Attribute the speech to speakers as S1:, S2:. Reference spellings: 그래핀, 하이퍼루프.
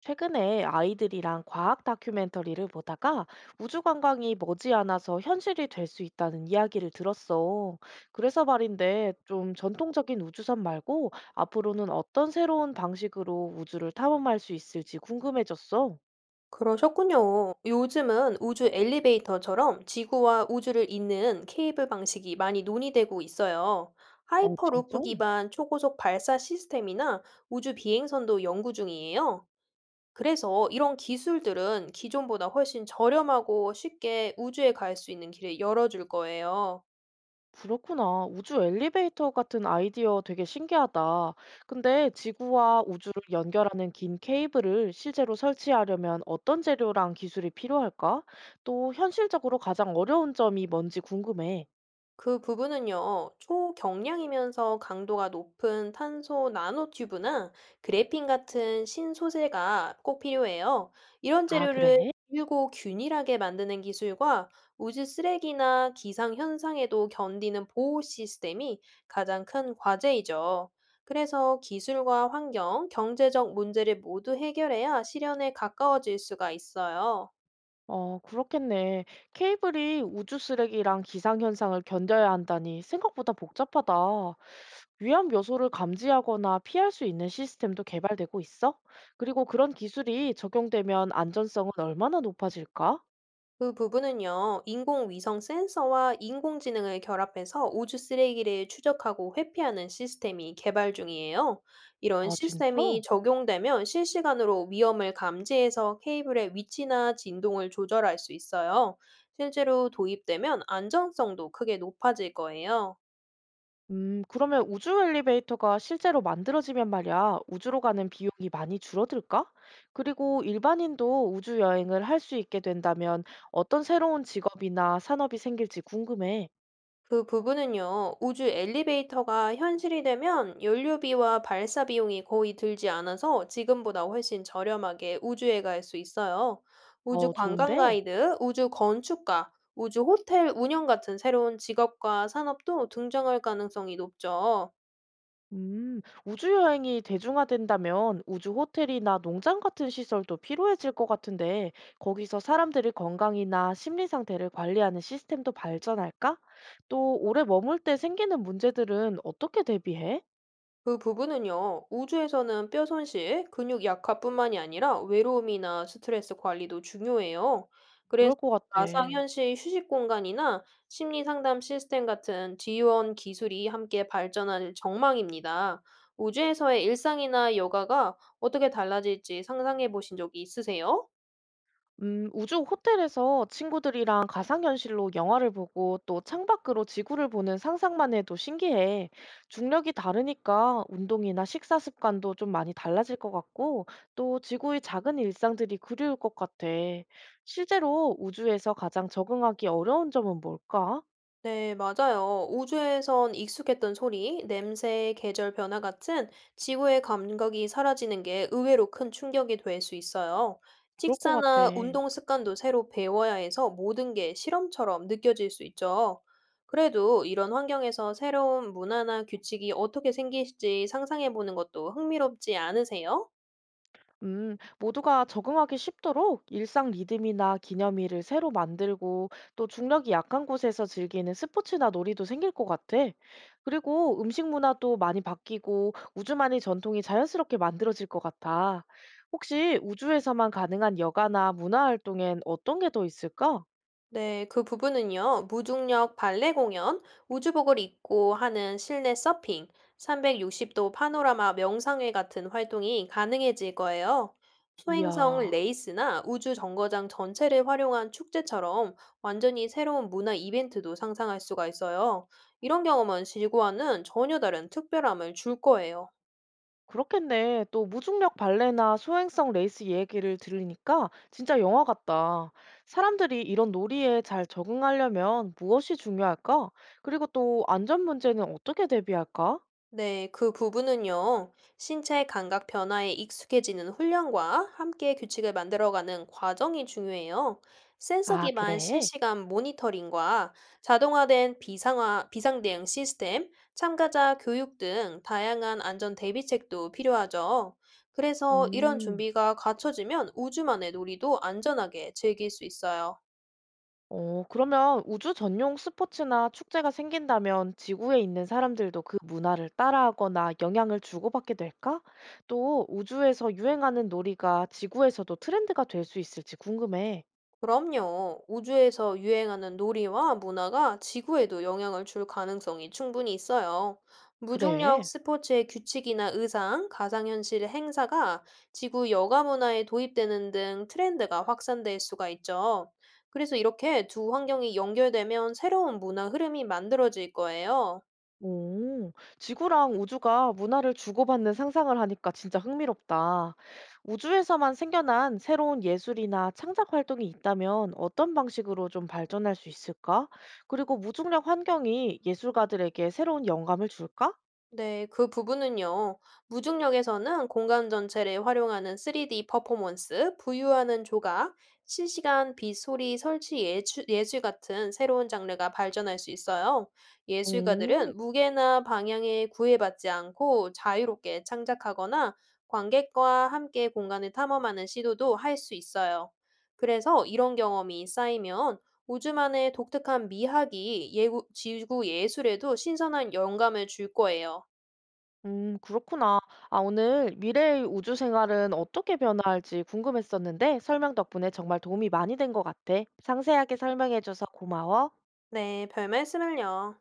S1: 최근에 아이들이랑 과학 다큐멘터리를 보다가 우주 관광이 머지않아서 현실이 될 수 있다는 이야기를 들었어. 그래서 말인데 좀 전통적인 우주선 말고 앞으로는 어떤 새로운 방식으로 우주를 탐험할 수 있을지 궁금해졌어.
S2: 그러셨군요. 요즘은 우주 엘리베이터처럼 지구와 우주를 잇는 케이블 방식이 많이 논의되고 있어요.
S1: 어, 진짜?
S2: 하이퍼루프 기반 초고속 발사 시스템이나 우주 비행선도 연구 중이에요. 그래서 이런 기술들은 기존보다 훨씬 저렴하고 쉽게 우주에 갈 수 있는 길을 열어줄 거예요.
S1: 그렇구나. 우주 엘리베이터 같은 아이디어 되게 신기하다. 근데 지구와 우주를 연결하는 긴 케이블을 실제로 설치하려면 어떤 재료랑 기술이 필요할까? 또 현실적으로 가장 어려운 점이 뭔지 궁금해.
S2: 그 부분은요, 초경량이면서 강도가 높은 탄소 나노튜브나 그래핀 같은 신소재가 꼭 필요해요. 이런
S1: 아,
S2: 재료를
S1: 그래?
S2: 일고 균일하게 만드는 기술과 우주 쓰레기나 기상 현상에도 견디는 보호 시스템이 가장 큰 과제이죠. 그래서 기술과 환경, 경제적 문제를 모두 해결해야 실현에 가까워질 수가 있어요.
S1: 어, 그렇겠네. 케이블이 우주 쓰레기랑 기상현상을 견뎌야 한다니 생각보다 복잡하다. 위험 요소를 감지하거나 피할 수 있는 시스템도 개발되고 있어? 그리고 그런 기술이 적용되면 안전성은 얼마나 높아질까?
S2: 그 부분은요, 인공위성 센서와 인공지능을 결합해서 우주 쓰레기를 추적하고 회피하는 시스템이 개발 중이에요. 이런
S1: 아, 진짜?
S2: 시스템이 적용되면 실시간으로 위험을 감지해서 케이블의 위치나 진동을 조절할 수 있어요. 실제로 도입되면 안전성도 크게 높아질 거예요.
S1: 그러면 우주 엘리베이터가 실제로 만들어지면 말이야, 우주로 가는 비용이 많이 줄어들까? 그리고 일반인도 우주 여행을 할 수 있게 된다면 어떤 새로운 직업이나 산업이 생길지 궁금해.
S2: 그 부분은요, 우주 엘리베이터가 현실이 되면 연료비와 발사 비용이 거의 들지 않아서 지금보다 훨씬 저렴하게 우주에 갈 수 있어요. 우주
S1: 어,
S2: 관광
S1: 좋은데?
S2: 가이드, 우주 건축가, 우주 호텔 운영 같은 새로운 직업과 산업도 등장할 가능성이 높죠.
S1: 우주 여행이 대중화된다면 우주 호텔이나 농장 같은 시설도 필요해질 것 같은데, 거기서 사람들이 건강이나 심리 상태를 관리하는 시스템도 발전할까? 또 오래 머물 때 생기는 문제들은 어떻게 대비해?
S2: 그 부분은요, 우주에서는 뼈 손실, 근육 약화뿐만이 아니라 외로움이나 스트레스 관리도 중요해요.
S1: 그럴
S2: 그래서
S1: 것 같아.
S2: 가상현실 휴식 공간이나 심리 상담 시스템 같은 지원 기술이 함께 발전할 전망입니다. 우주에서의 일상이나 여가가 어떻게 달라질지 상상해 보신 적이 있으세요?
S1: 우주 호텔에서 친구들이랑 가상현실로 영화를 보고 또 창밖으로 지구를 보는 상상만 해도 신기해. 중력이 다르니까 운동이나 식사 습관도 좀 많이 달라질 것 같고 또 지구의 작은 일상들이 그리울 것 같아. 실제로 우주에서 가장 적응하기 어려운 점은 뭘까?
S2: 네, 맞아요. 우주에선 익숙했던 소리, 냄새, 계절 변화 같은 지구의 감각이 사라지는 게 의외로 큰 충격이 될 수 있어요.
S1: 그럴 것 같아.
S2: 식사나 운동 습관도 새로 배워야 해서 모든 게 실험처럼 느껴질 수 있죠. 그래도 이런 환경에서 새로운 문화나 규칙이 어떻게 생길지 상상해 보는 것도 흥미롭지 않으세요?
S1: 모두가 적응하기 쉽도록 일상 리듬이나 기념일을 새로 만들고 또 중력이 약한 곳에서 즐기는 스포츠나 놀이도 생길 것 같아. 그리고 음식 문화도 많이 바뀌고 우주만의 전통이 자연스럽게 만들어질 것 같아. 혹시 우주에서만 가능한 여가나 문화 활동엔 어떤 게 더 있을까?
S2: 네, 그 부분은요, 무중력 발레 공연, 우주복을 입고 하는 실내 서핑, 360도 파노라마 명상회 같은 활동이 가능해질 거예요. 소행성
S1: 이야.
S2: 레이스나 우주 정거장 전체를 활용한 축제처럼 완전히 새로운 문화 이벤트도 상상할 수가 있어요. 이런 경험은 지구와는 전혀 다른 특별함을 줄 거예요.
S1: 그렇겠네. 또 무중력 발레나 소행성 레이스 얘기를 들으니까 진짜 영화 같다. 사람들이 이런 놀이에 잘 적응하려면 무엇이 중요할까? 그리고 또 안전 문제는 어떻게 대비할까?
S2: 네, 그 부분은요, 신체 감각 변화에 익숙해지는 훈련과 함께 규칙을 만들어가는 과정이 중요해요. 센서
S1: 아,
S2: 기반
S1: 그래?
S2: 실시간 모니터링과 자동화된 비상 대응 시스템, 참가자 교육 등 다양한 안전 대비책도 필요하죠. 그래서 이런
S1: 음.
S2: 준비가 갖춰지면 우주만의 놀이도 안전하게 즐길 수 있어요.
S1: 어, 그러면 우주 전용 스포츠나 축제가 생긴다면 지구에 있는 사람들도 그 문화를 따라하거나 영향을 주고받게 될까? 또 우주에서 유행하는 놀이가 지구에서도 트렌드가 될 수 있을지 궁금해.
S2: 그럼요. 우주에서 유행하는 놀이와 문화가 지구에도 영향을 줄 가능성이 충분히 있어요. 무중력
S1: 그래.
S2: 스포츠의 규칙이나 의상, 가상현실 행사가 지구 여가 문화에 도입되는 등 트렌드가 확산될 수가 있죠. 그래서 이렇게 두 환경이 연결되면 새로운 문화 흐름이 만들어질 거예요.
S1: 오, 지구랑 우주가 문화를 주고받는 상상을 하니까 진짜 흥미롭다. 우주에서만 생겨난 새로운 예술이나 창작 활동이 있다면 어떤 방식으로 좀 발전할 수 있을까? 그리고 무중력 환경이 예술가들에게 새로운 영감을 줄까?
S2: 네, 그 부분은요. 무중력에서는 공간 전체를 활용하는 3D 퍼포먼스, 부유하는 조각, 실시간 빛, 소리, 설치 예술, 예술 같은 새로운 장르가 발전할 수 있어요.
S1: 오,
S2: 예술가들은 무게나 방향에 구애받지 않고 자유롭게 창작하거나 관객과 함께 공간을 탐험하는 시도도 할 수 있어요. 그래서 이런 경험이 쌓이면 우주만의 독특한 미학이 지구 예술에도 신선한 영감을 줄 거예요.
S1: 그렇구나. 아, 오늘 미래의 우주 생활은 어떻게 변화할지 궁금했었는데 설명 덕분에 정말 도움이 많이 된 것 같아. 상세하게 설명해줘서 고마워.
S2: 네, 별말씀을요.